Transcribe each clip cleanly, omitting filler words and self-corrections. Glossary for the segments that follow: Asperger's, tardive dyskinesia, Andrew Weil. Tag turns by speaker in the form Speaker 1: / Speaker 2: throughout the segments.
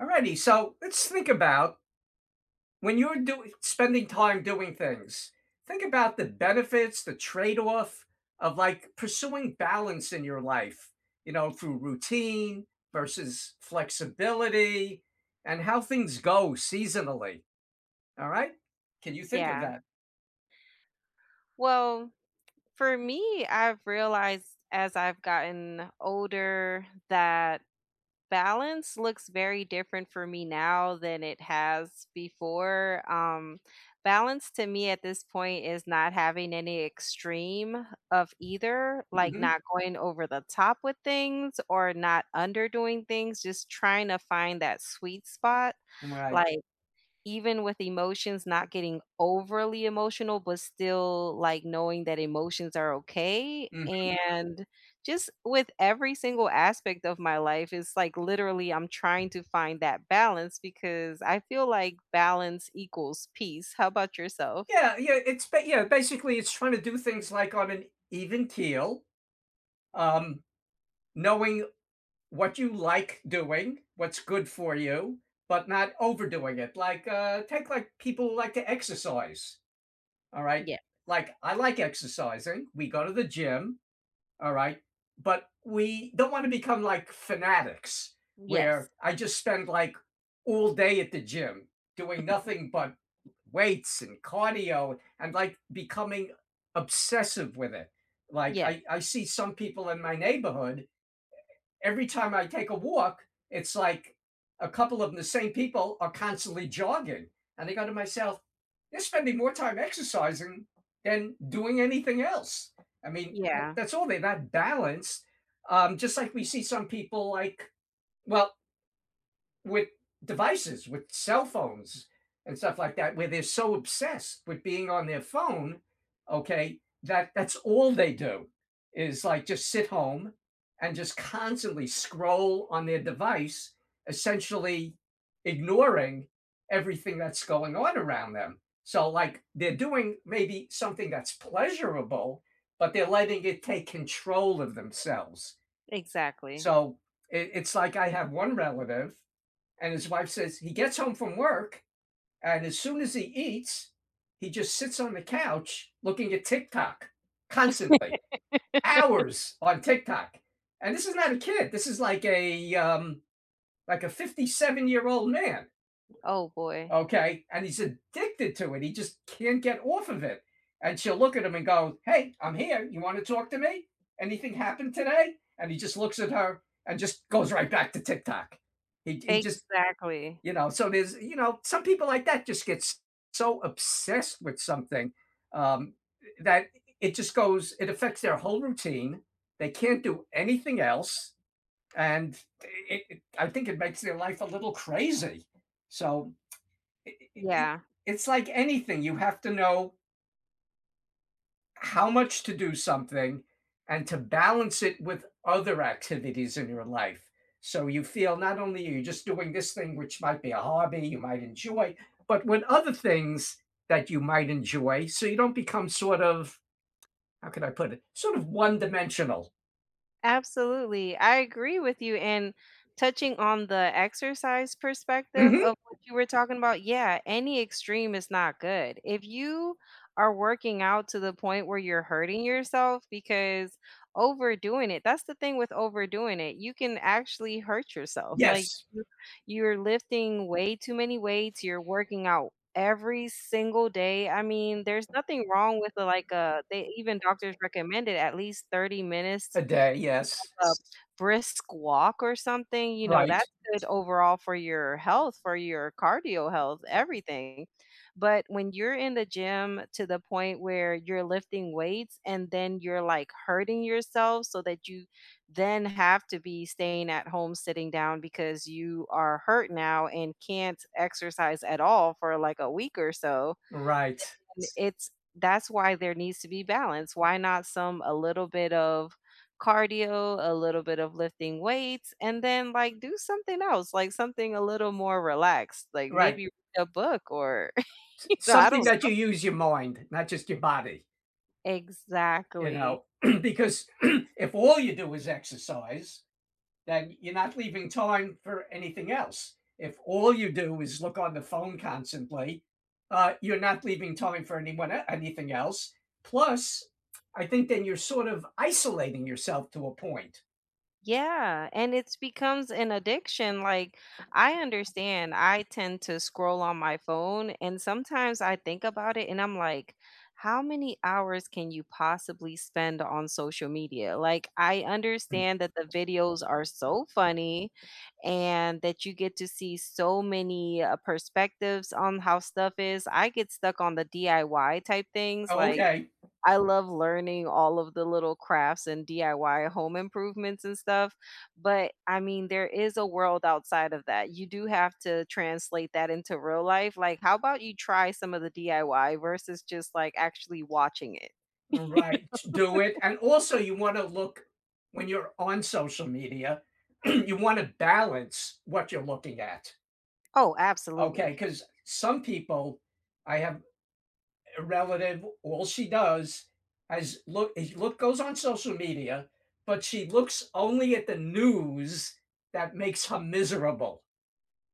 Speaker 1: Alrighty, so let's think about when you're doing spending time doing things. Think about the benefits, the trade-off of like pursuing balance in your life, you know, through routine versus flexibility and how things go seasonally. All right? Can you think of
Speaker 2: Yeah.
Speaker 1: that?
Speaker 2: Well, for me, I've realized as I've gotten older that balance looks very different for me now than it has before. Balance to me at this point is not having any extreme of either, like
Speaker 1: Hmm.
Speaker 2: not going over the top with things or not underdoing things, just trying to find that sweet spot.
Speaker 1: Right.
Speaker 2: Like, even with emotions, not getting overly emotional, but still, like, knowing that emotions are okay,
Speaker 1: Mhm.
Speaker 2: and just with every single aspect of my life, it's like literally I'm trying to find that balance because I feel like balance equals peace. How about yourself?
Speaker 1: Yeah, yeah, yeah, basically it's trying to do things like on an even keel, um, knowing what you like doing, what's good for you, but not overdoing it. Like take like people who like to exercise. All right,
Speaker 2: Yeah.
Speaker 1: like I like exercising. We go to the gym. All right, but we don't want to become like fanatics
Speaker 2: Yes.
Speaker 1: where I just spend like all day at the gym doing nothing but weights and cardio and like becoming obsessive with it. Like
Speaker 2: Yes.
Speaker 1: I see some people in my neighborhood every time I take a walk, it's like a couple of them, the same people are constantly jogging. And I go to myself, they're spending more time exercising than doing anything else. I mean,
Speaker 2: Yeah.
Speaker 1: that's all they're not balanced. Just like we see some people like, well, with devices, with cell phones and stuff like that, where they're so obsessed with being on their phone, okay, that that's all they do is like just sit home and just constantly scroll on their device, essentially ignoring everything that's going on around them. So, like, they're doing maybe something that's pleasurable, but they're letting it take control of themselves.
Speaker 2: Exactly.
Speaker 1: So, it's like I have one relative and his wife says he gets home from work, and as soon as he eats, he just sits on the couch looking at TikTok constantly, hours on TikTok. And this is not a kid. This is like a 57-year-old man.
Speaker 2: Oh boy.
Speaker 1: Okay, and he's addicted to it. He just can't get off of it. And she'll look at him and go, "Hey, I'm here. You want to talk to me? Anything happened today?" And he just looks at her and just goes right back to TikTok. He just
Speaker 2: Exactly.
Speaker 1: you know so there's some people like that just get so obsessed with something um, that it just goes it affects their whole routine. They can't do anything else, and I think it makes their life a little crazy. So it, it,
Speaker 2: Yeah.
Speaker 1: it's like anything. You have to know how much to do something and to balance it with other activities in your life. So you feel not only are you just doing this thing, which might be a hobby you might enjoy, but with other things that you might enjoy. So you don't become sort of, how can I put it, sort of one dimensional.
Speaker 2: Absolutely. I agree with you. And touching on the exercise perspective of
Speaker 1: Hmm.
Speaker 2: what you were talking about, yeah, any extreme is not good. If you are working out to the point where you're hurting yourself because overdoing it, that's the thing with overdoing it. You can actually hurt yourself. Like
Speaker 1: Yes,
Speaker 2: you're lifting way too many weights, you're working out every single day. I mean, there's nothing wrong with a, like a they even doctors recommend it at least 30 minutes
Speaker 1: a day. Yes.
Speaker 2: a brisk walk or something, you know,
Speaker 1: Right.
Speaker 2: that's good overall for your health, for your cardio health, everything. But when you're in the gym to the point where you're lifting weights and then you're like hurting yourself so that you then have to be staying at home sitting down because you are hurt now and can't exercise at all for like a week or so
Speaker 1: Right.
Speaker 2: and it's that's why there needs to be balance. Why not some a little bit of cardio, a little bit of lifting weights, and then like do something else, like something a little more relaxed, like
Speaker 1: Right.
Speaker 2: maybe read a book or
Speaker 1: S-
Speaker 2: you know, I
Speaker 1: Something
Speaker 2: don't
Speaker 1: that you use your mind, not just your body, you
Speaker 2: exactly.
Speaker 1: know, because if all you do is exercise, then you're not leaving time for anything else. If all you do is look on the phone constantly, you're not leaving time for anyone anything else. Plus, I think then you're sort of isolating yourself to a point.
Speaker 2: Yeah, and it becomes an addiction. Like I understand I tend to scroll on my phone and sometimes I think about it and I'm like, how many hours can you possibly spend on social media? Like I understand that the videos are so funny and that you get to see so many perspectives on how stuff is. I get stuck on the DIY type things
Speaker 1: Oh,
Speaker 2: like
Speaker 1: okay.
Speaker 2: I love learning all of the little crafts and DIY home improvements and stuff, but I mean, there is a world outside of that. You do have to translate that into real life. Like, how about you try some of the DIY versus just like actually watching it?
Speaker 1: Right, do it. And also you wanna look when you're on social media, you wanna balance what you're looking at,
Speaker 2: Oh,
Speaker 1: okay?
Speaker 2: absolutely.
Speaker 1: Because some people I have a relative, all she does is look goes on social media, but she looks only at the news that makes her miserable.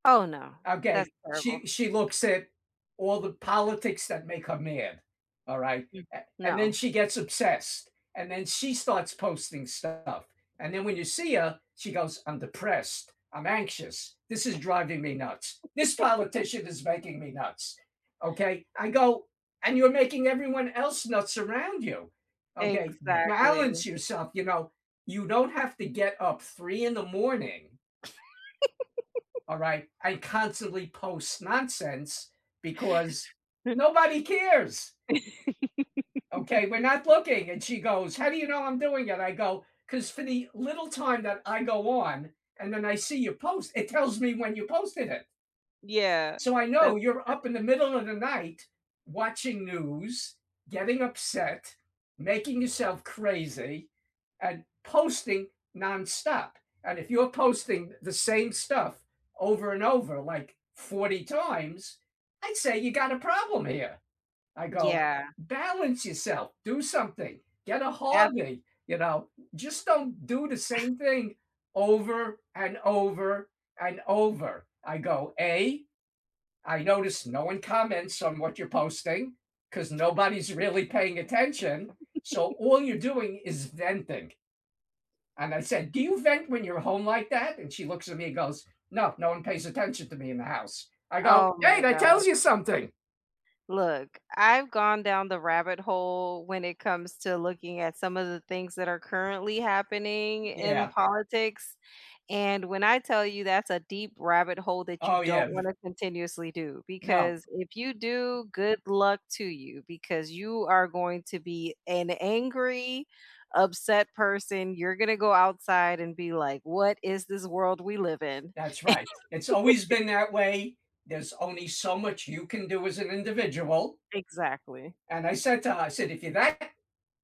Speaker 2: Oh, no. That's
Speaker 1: Okay.
Speaker 2: terrible.
Speaker 1: She looks at all the politics that make her mad. All right.
Speaker 2: Mm.
Speaker 1: And then
Speaker 2: No.
Speaker 1: she gets obsessed. And then she starts posting stuff. And then when you see her, she goes, I'm depressed. I'm anxious. This is driving me nuts. This politician is making me nuts. Okay. I go, and you're making everyone else nuts around you. Okay.
Speaker 2: Exactly.
Speaker 1: Balance yourself. You know, you don't have to get up 3 in the morning all right. I constantly post nonsense because nobody cares. Okay. We're not looking. And she goes, How do you know I'm doing it? I go, Because for the little time that I go on and then I see your post, it tells me when you posted it.
Speaker 2: Yeah.
Speaker 1: So I
Speaker 2: That's
Speaker 1: know you're up in the middle of the night watching news, getting upset, making yourself crazy, and posting nonstop. And if you're posting the same stuff over and over, like 40 times, I'd say you got a problem here. I go,
Speaker 2: yeah.
Speaker 1: balance yourself, do something, get a
Speaker 2: Ab-
Speaker 1: hobby, you know, just don't do the same thing over and over and over. I go, A, I notice no one comments on what you're posting because nobody's really paying attention. So all you're doing is venting. And I said, Do you vent when you're home like that? And she looks at me and goes, No, no one pays attention to me in the house. I go,
Speaker 2: oh
Speaker 1: Hey,
Speaker 2: my
Speaker 1: that
Speaker 2: god.
Speaker 1: tells you something.
Speaker 2: Look, I've gone down the rabbit hole when it comes to looking at some of the things that are currently happening in
Speaker 1: Yeah.
Speaker 2: politics, and when I tell you that's a deep rabbit hole that you
Speaker 1: Oh,
Speaker 2: don't
Speaker 1: yeah.
Speaker 2: wanna continuously do,
Speaker 1: No,
Speaker 2: because if you do, good luck to you, because you are going to be an angry, upset person. You're gonna go outside and be like, "What is this world we live in?"
Speaker 1: that's right. It's always been that way. There's only so much you can do as an individual.
Speaker 2: Exactly.
Speaker 1: And I said to her, I said, If you're that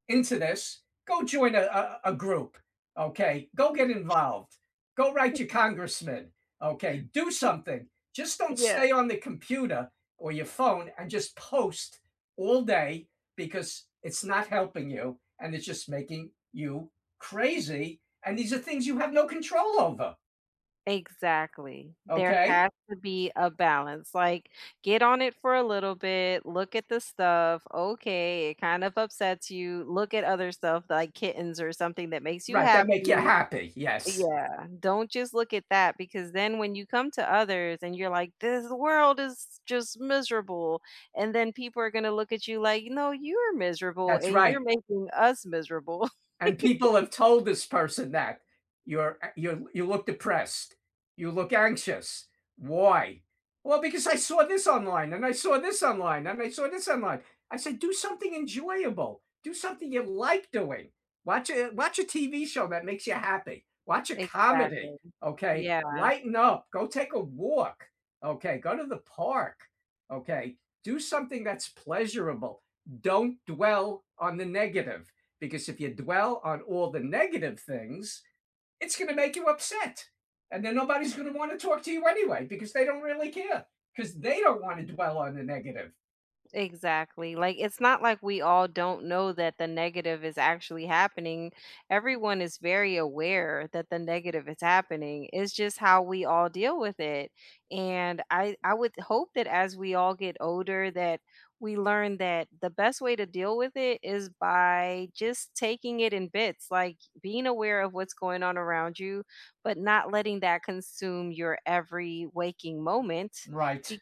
Speaker 1: into this, go join a group. Okay. Go get involved. Go write your congressman. Okay. Do something. Just don't
Speaker 2: Yeah.
Speaker 1: stay on the computer or your phone and just post all day because it's not helping you and it's just making you crazy. And these are things you have no control over.
Speaker 2: Exactly. There
Speaker 1: Okay.
Speaker 2: has to be a balance. Like, get on it for a little bit, look at the stuff. Okay, it kind of upsets you. Look at other stuff like kittens or something that makes you
Speaker 1: Right. That make you
Speaker 2: happy.
Speaker 1: happy. Yes.
Speaker 2: Yeah, don't just look at that because then when you come to others and you're like, this world is just miserable. And then people are going to look at you like, no, you're miserable
Speaker 1: That's
Speaker 2: and you're
Speaker 1: right.
Speaker 2: making us miserable.
Speaker 1: And people have told this person that you look depressed, you look anxious. Why? Well, because I saw this online and I saw this online and I saw this online. I said, do something enjoyable. Do something you like doing. Watch a TV show that makes you happy. Watch a comedy.
Speaker 2: Exactly.
Speaker 1: Okay.
Speaker 2: Yeah.
Speaker 1: Lighten up. Go take a walk. Okay. Go to the park. Okay. Do something that's pleasurable. Don't dwell on the negative because if you dwell on all the negative things, it's going to make you upset. And then nobody's going to want to talk to you anyway because they don't really care because they don't want to dwell on the negative.
Speaker 2: Exactly. Like it's not like we all don't know that the negative is actually happening. Everyone is very aware that the negative is happening. It's just how we all deal with it. And I would hope that as we all get older that we learn that the best way to deal with it is by just taking it in bits, like being aware of what's going on around you, but not letting that consume your every waking moment
Speaker 1: Right.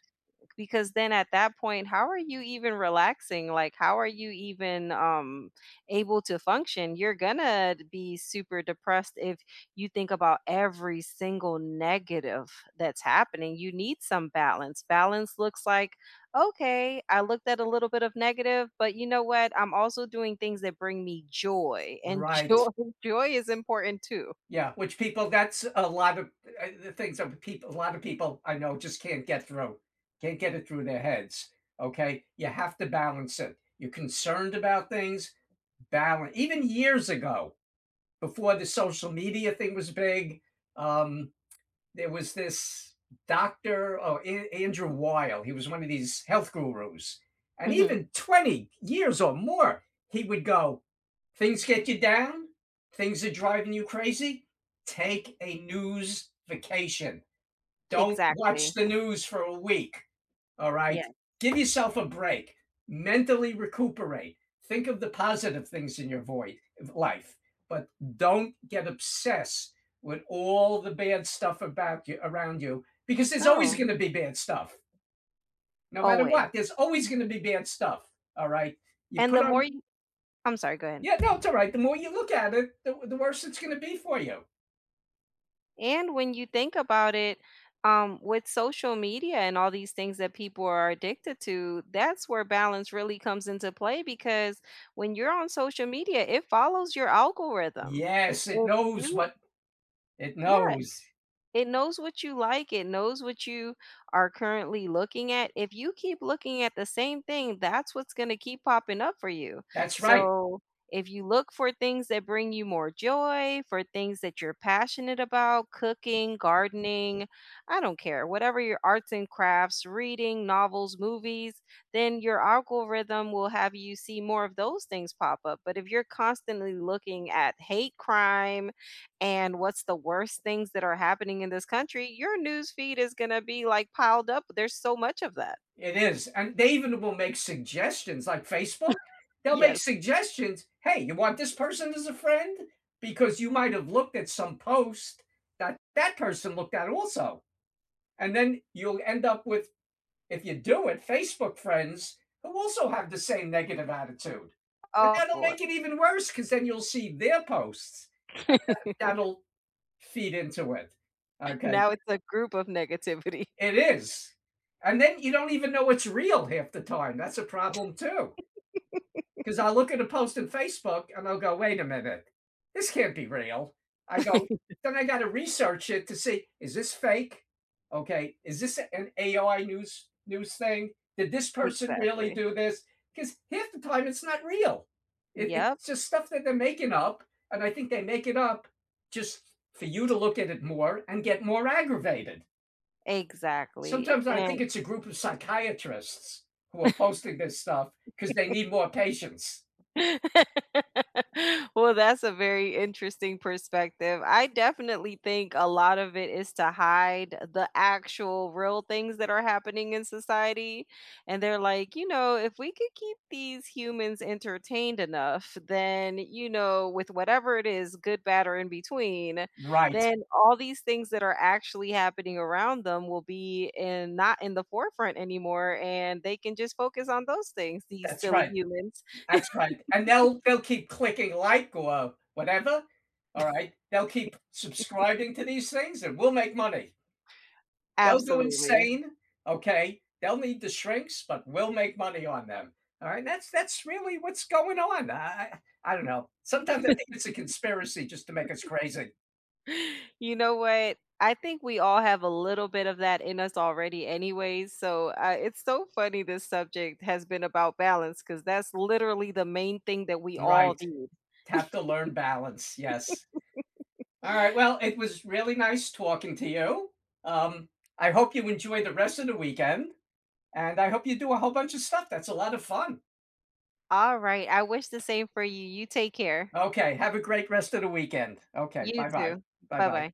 Speaker 2: because then at that point how are you even relaxing, like how are you even able to function? You're gonna be super depressed if you think about every single negative that's happening. You need some balance. Balance looks like, okay, I looked at a little bit of negative, but you know what, I'm also doing things that bring me joy and
Speaker 1: Right.
Speaker 2: joy is important too.
Speaker 1: Yeah, which people that's a lot of the things that people a lot of people I know just can't get through. Can't get it through their heads. Okay? You have to balance it. You're concerned about things, balance. Even years ago, before the social media thing was big, um there was this doctor, oh, Andrew Weil. He was one of these health gurus. And
Speaker 2: Hmm
Speaker 1: even 20 years or more, he would go, Things get you down. Things are driving you crazy. Take a news vacation. Don't
Speaker 2: exactly.
Speaker 1: watch the news for a week. All right.
Speaker 2: Yes.
Speaker 1: Give yourself a break. Mentally recuperate. Think of the positive things in your void life, but don't get obsessed with all the bad stuff about you around you because there's always
Speaker 2: No.
Speaker 1: going to be bad stuff. No matter
Speaker 2: Always.
Speaker 1: what, there's always going to be bad stuff. All right. You
Speaker 2: And
Speaker 1: put
Speaker 2: the more
Speaker 1: on,
Speaker 2: you, I'm sorry, go ahead.
Speaker 1: yeah, no, it's all right. The more you look at it, the worse it's going to be for you.
Speaker 2: And when you think about it, with social media and all these things that people are addicted to, that's where balance really comes into play because when you're on social media, it follows your algorithm.
Speaker 1: Yes, it
Speaker 2: If
Speaker 1: knows
Speaker 2: you,
Speaker 1: what it
Speaker 2: yeah,
Speaker 1: knows.
Speaker 2: it knows what you like, it knows what you are currently looking at. If you keep looking at the same thing, that's what's gonna keep popping up for you.
Speaker 1: That's right.
Speaker 2: So, if you look for things that bring you more joy, for things that you're passionate about, cooking, gardening, I don't care, whatever, your arts and crafts, reading, novels, movies, then your algorithm will have you see more of those things pop up. But if you're constantly looking at hate crime, and what's the worst things that are happening in this country, your news feed is gonna be, like, piled up. There's so much of that.
Speaker 1: It is. And they even will make suggestions like Facebook. They'll make
Speaker 2: Yes.
Speaker 1: suggestions. Hey, you want this person as a friend? Because you might have looked at some post that that person looked at also. And then you'll end up with, if you do it, Facebook friends who also have the same negative attitude. And
Speaker 2: Oh,
Speaker 1: that'll
Speaker 2: boy.
Speaker 1: make it even worse because then you'll see their posts. That'll feed into it. Okay.
Speaker 2: Now it's a group of negativity.
Speaker 1: It is. And then you don't even know it's real half the time. That's a problem too. Because I look at a post on Facebook and I'll go, wait a minute, this can't be real. I go, then I got to research it to see is this fake? Okay, is this an AI news thing? Did this person really
Speaker 2: Exactly.
Speaker 1: do this? Because half the time it's not real.
Speaker 2: Yep,
Speaker 1: It's just stuff that they're making up, and I think they make it up just for you to look at it more and get more aggravated.
Speaker 2: exactly,
Speaker 1: Sometimes I think
Speaker 2: and
Speaker 1: it's a group of psychiatrists who are posting this stuff because they need more patients.
Speaker 2: well, that's a very interesting perspective. I definitely think a lot of it is to hide the actual real things that are happening in society. And they're like, you know, if we could keep these humans entertained enough, then, you know, with whatever it is, good, bad, or in between,
Speaker 1: Right.
Speaker 2: then all these things that are actually happening around them will be in not in the forefront anymore. And they can just focus on those things, these
Speaker 1: That's
Speaker 2: silly
Speaker 1: right.
Speaker 2: humans.
Speaker 1: That's right. And they'll keep clicking like or whatever. All right. They'll keep subscribing to these things and we'll make money. They'll go
Speaker 2: Absolutely.
Speaker 1: insane. Okay. They'll need the shrinks, but we'll make money on them. All right. That's really what's going on. I don't know. Sometimes I think it's a conspiracy just to make us crazy.
Speaker 2: You know what? I think we all have a little bit of that in us already anyways, so, it's so funny this subject has been about balance because that's literally the main thing that we all
Speaker 1: Right.
Speaker 2: need.
Speaker 1: Have to learn balance. Yes. All right. Well, it was really nice talking to you. Um, I hope you enjoy the rest of the weekend. And I hope you do a whole bunch of stuff. That's a lot of fun.
Speaker 2: Alright, I wish the same for you. You take care.
Speaker 1: Okay. Have a great rest of the weekend. Okay.
Speaker 2: You
Speaker 1: Bye bye.
Speaker 2: too.
Speaker 1: Bye bye.
Speaker 2: Bye-bye.